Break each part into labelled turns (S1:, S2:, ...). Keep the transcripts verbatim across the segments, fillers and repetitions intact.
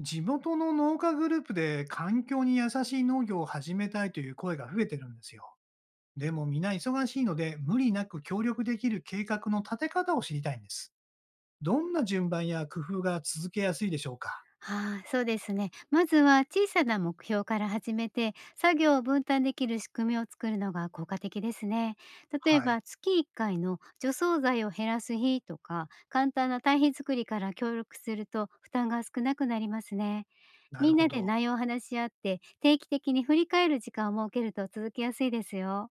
S1: 地元の農家グループで環境に優しい農業を始めたいという声が増えてるんですよ。でも皆忙しいので無理なく協力できる計画の立て方を知りたいんです。どんな順番や工夫が続けやすいでしょうか？
S2: ああ、そうですね。まずは小さな目標から始めて、作業を分担できる仕組みを作るのが効果的ですね。例え
S1: はい。
S2: ば、月いっかいの除草剤を減らす日とか、簡単な堆肥作りから協力すると負担が少なくなりますね。
S1: な
S2: み
S1: る
S2: ん
S1: ほ
S2: なで
S1: ど。
S2: 内容を話し合って、定期的に振り返る時間を設けると続きやすいですよ。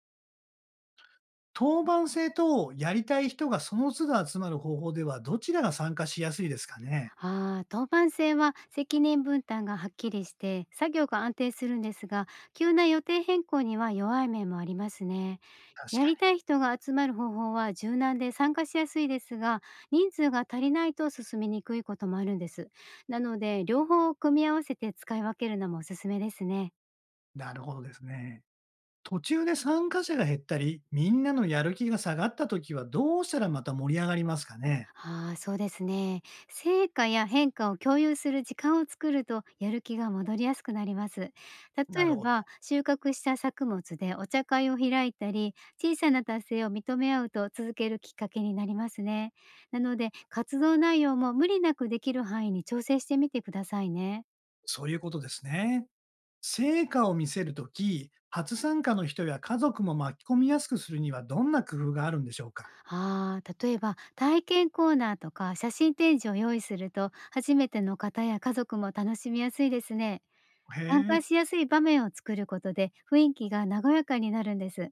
S1: 当番制とやりたい人がその都度集まる方法ではどちらが参加しやすいですかね？
S2: ああ、当番制は責任分担がはっきりして、作業が安定するんですが、急な予定変更には弱い面もありますね。
S1: 確
S2: や
S1: か
S2: り
S1: に。
S2: たい人が集まる方法は柔軟で参加しやすいですが、人数が足りないと進みにくいこともあるんです。なので、両方を組み合わせて使い分けるのもおすすめですね。
S1: なるほどですね。途中で参加者が減ったり、みんなのやる気が下がった時はどうしたらまた盛り上がりますかね？
S2: ああ、そうですね。成果や変化を共有する時間を作るとやる気が戻りやすくなります。例
S1: なる
S2: え
S1: ほど。
S2: ば収穫した作物でお茶会を開いたり、小さな達成を認め合うと続けるきっかけになりますね。なので、活動内容も無理なくできる範囲に調整してみてくださいね。
S1: そういうことですね。成果を見せるとき、初参加の人や家族も巻き込みやすくするにはどんな工夫があるんでしょうか？
S2: ああ、例えば体験コーナーとか写真展示を用意すると、初めての方や家族も楽しみやすいですね。
S1: へ
S2: 参加
S1: え、
S2: しやすい場面を作ることで、雰囲気が和やかになるんです。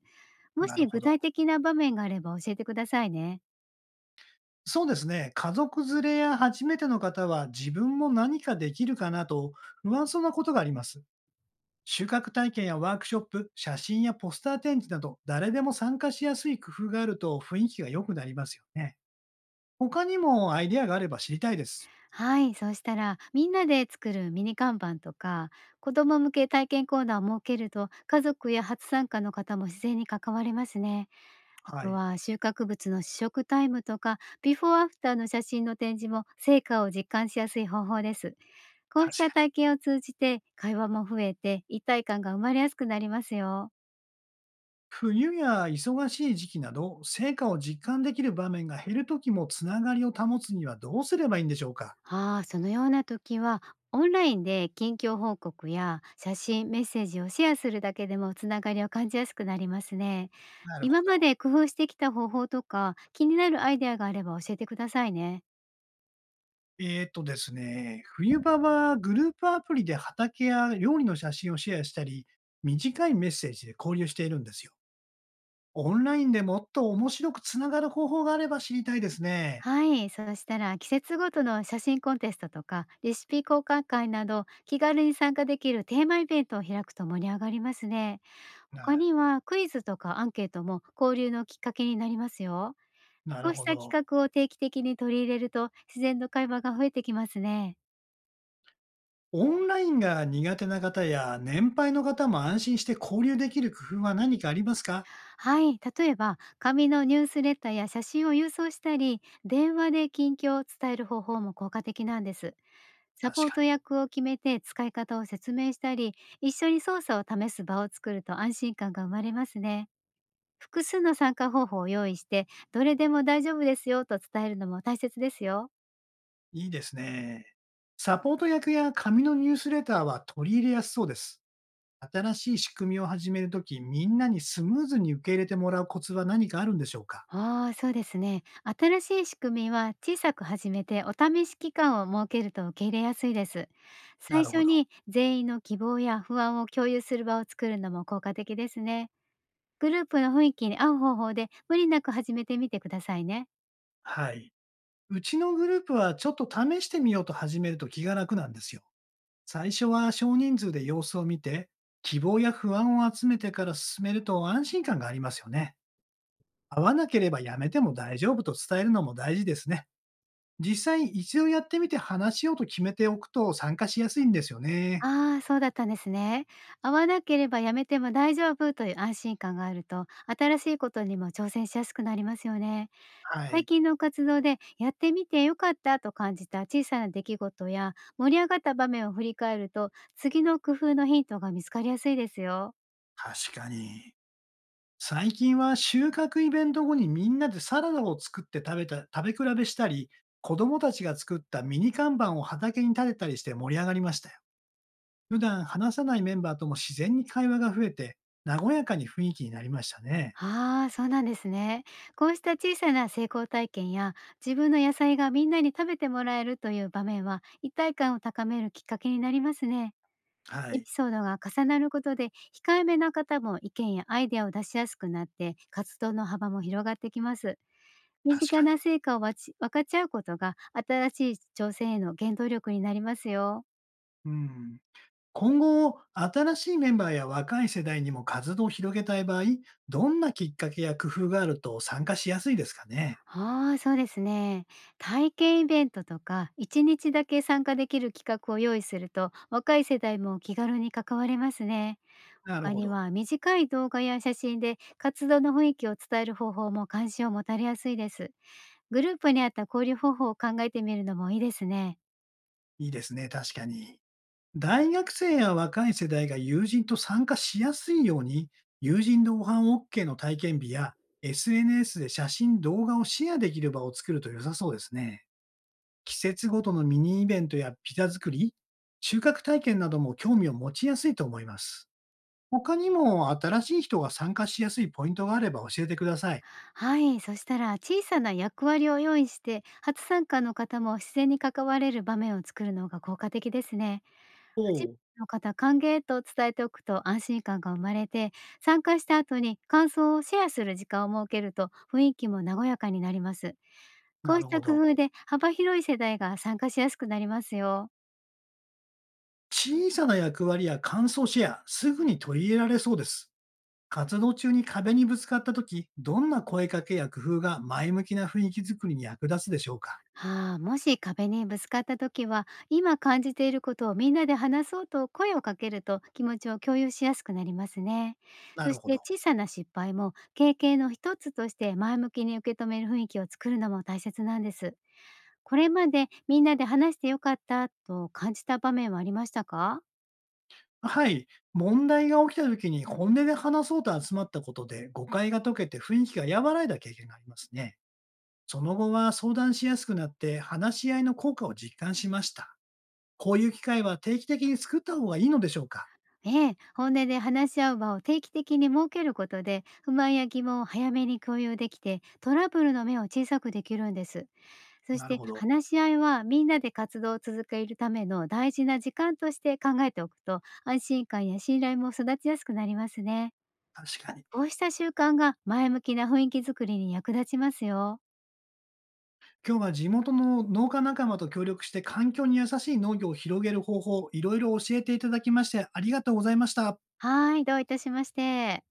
S2: も
S1: なる
S2: し
S1: ほ
S2: 具
S1: ど。
S2: 体的な場面があれば教えてくださいね。
S1: そうですね。家族連れや初めての方は自分も何かできるかなと不安そうなことがあります。収穫体験やワークショップ、写真やポスター展示など誰でも参加しやすい工夫があると雰囲気が良くなりますよね。他にもアイデアがあれば知りたいです。
S2: はい、そうしたら、みんなで作るミニ看板とか、子ども向け体験コーナーを設けると、家族や初参加の方も自然に関われますね。あ
S1: は
S2: と
S1: い。
S2: は、収穫物の試食タイムとか、ビフォーアフターの写真の展示も、成果を実感しやすい方法です。こうし
S1: 確
S2: た
S1: かに。
S2: 体験を通じて、会話も増えて、一体感が生まれやすくなりますよ。
S1: 冬や忙しい時期など、成果を実感できる場面が減るときもつながりを保つにはどうすればいいんでしょうか？
S2: ああ、そのような時は、オンラインで近況報告や写真、メッセージをシェアするだけでもつながりを感じやすくなりますね。
S1: なるほ
S2: 今ま
S1: ど。
S2: で工夫してきた方法とか、気になるアイデアがあれば教えてくださいね。
S1: えー、っとですね、冬場はグループアプリで畑や料理の写真をシェアしたり、短いメッセージで交流しているんですよ。オンラインでもっと面白くつながる方法があれば知りたいですね。
S2: はい、そしたら季節ごとの写真コンテストとか、レシピ交換会など、気軽に参加できるテーマイベントを開くと盛り上がりますね。
S1: はい。
S2: 他にはクイズとかアンケートも交流のきっかけになりますよ。
S1: な
S2: こ
S1: る
S2: うし
S1: ほ
S2: た企
S1: ど。
S2: 画を定期的に取り入れると、自然の会話が増えてきますね。
S1: オンラインが苦手な方や年配の方も安心して交流できる工夫は何かありますか？
S2: はい、例えば紙のニュースレターや写真を郵送したり、電話で近況を伝える方法も効果的なんです。サ
S1: 確
S2: ポー
S1: か
S2: ト
S1: に。
S2: 役を決めて使い方を説明したり、一緒に操作を試す場を作ると安心感が生まれますね。複数の参加方法を用意して、どれでも大丈夫ですよと伝えるのも大切ですよ。
S1: いいですね。サポート役や紙のニュースレターは取り入れやすそうです。新しい仕組みを始めるとき、みんなにスムーズに受け入れてもらうコツは何かあるんでしょうか？
S2: ああ、そうですね。新しい仕組みは小さく始めて、お試し期間を設けると受け入れやすいです。
S1: な
S2: 最
S1: るほ
S2: 初
S1: ど。
S2: に全員の希望や不安を共有する場を作るのも効果的ですね。グループの雰囲気に合う方法で無理なく始めてみてくださいね。
S1: はい。うちのグループはちょっと試してみようと始めると気が楽なんですよ。最初は少人数で様子を見て、希望や不安を集めてから進めると安心感がありますよね。合わなければやめても大丈夫と伝えるのも大事ですね。実際一度やってみて話しようと決めておくと参加しやすいんですよね。
S2: ああ、そうだったんですね。合わなければやめても大丈夫という安心感があると、新しいことにも挑戦しやすくなりますよね。
S1: は
S2: 最
S1: い、
S2: 近の活動でやってみてよかったと感じた小さな出来事や盛り上がった場面を振り返ると、次の工夫のヒントが見つかりやすいですよ。
S1: 確かに。最近は収穫イベント後にみんなでサラダを作って食べた、食べ比べしたり、子供たちが作ったミニ看板を畑に立てたりして盛り上がりましたよ。普段話さないメンバーとも自然に会話が増えて、和やかに雰囲気になりましたね。
S2: ああ、そうなんですね。こうした小さな成功体験や、自分の野菜がみんなに食べてもらえるという場面は、一体感を高めるきっかけになりますね。
S1: は
S2: エ
S1: い、
S2: ピソードが重なることで、控えめな方も意見やアイデアを出しやすくなって、活動の幅も広がってきます。身
S1: 確
S2: 近
S1: かに。
S2: な成果をわち分かち合うことが、新しい挑戦への原動力になりますよ。
S1: うん。今後、新しいメンバーや若い世代にも活動を広げたい場合、どんなきっかけや工夫があると参加しやすいですかね。
S2: ああ、そうですね。体験イベントとか、いちにちだけ参加できる企画を用意すると、若い世代も気軽に関われますね。
S1: なる
S2: 他
S1: ほ
S2: に
S1: ど。
S2: は、短い動画や写真で活動の雰囲気を伝える方法も関心を持たれやすいです。グループに合った交流方法を考えてみるのもいいですね。
S1: いいですね、確かに。大学生や若い世代が友人と参加しやすいように、友人同伴 OK の体験日や エスエヌエス で写真、動画をシェアできる場を作ると良さそうですね。季節ごとのミニイベントやピザ作り、収穫体験なども興味を持ちやすいと思います。他にも新しい人が参加しやすいポイントがあれば教えてください。
S2: はい、そしたら小さな役割を用意して、初参加の方も自然に関われる場面を作るのが効果的ですね。初め
S1: お
S2: て
S1: う。
S2: の方歓迎と伝えておくと安心感が生まれて、参加した後に感想をシェアする時間を設けると、雰囲気も和やかになります。こ
S1: な
S2: う
S1: る
S2: し
S1: ほ
S2: た工
S1: ど。
S2: 夫で幅広い世代が参加しやすくなりますよ。
S1: 小さな役割や感想シェア、すぐに取り入れられそうです。活動中に壁にぶつかったとき、どんな声かけや工夫が前向きな雰囲気づくりに役立つでしょうか？
S2: はあ、もし壁にぶつかった時は、今感じていることをみんなで話そうと声をかけると、気持ちを共有しやすくなりますね。
S1: な
S2: そ
S1: る
S2: し
S1: ほ
S2: て、
S1: ど。
S2: 小さな失敗も経験の一つとして前向きに受け止める雰囲気を作るのも大切なんです。これまでみんなで話してよかったと感じた場面はありましたか？
S1: はい。問題が起きたときに本音で話そうと集まったことで誤解が解けて雰囲気が和らいだ経験がありますね。その後は相談しやすくなって話し合いの効果を実感しました。こういう機会は定期的に作った方がいいのでしょうか？
S2: ええ、本音で話し合う場を定期的に設けることで、不満や疑問を早めに共有できて、トラブルの目を小さくできるんです。そし
S1: なる
S2: て、
S1: ほど、
S2: 話し合いはみんなで活動を続けるための大事な時間として考えておくと、安心感や信頼も育ちやすくなりますね。
S1: 確かに。
S2: こうした習慣が前向きな雰囲気づくりに役立ちますよ。
S1: 今日は地元の農家仲間と協力して環境に優しい農業を広げる方法、いろいろ教えていただきましてありがとうございました。
S2: はい、どういたしまして。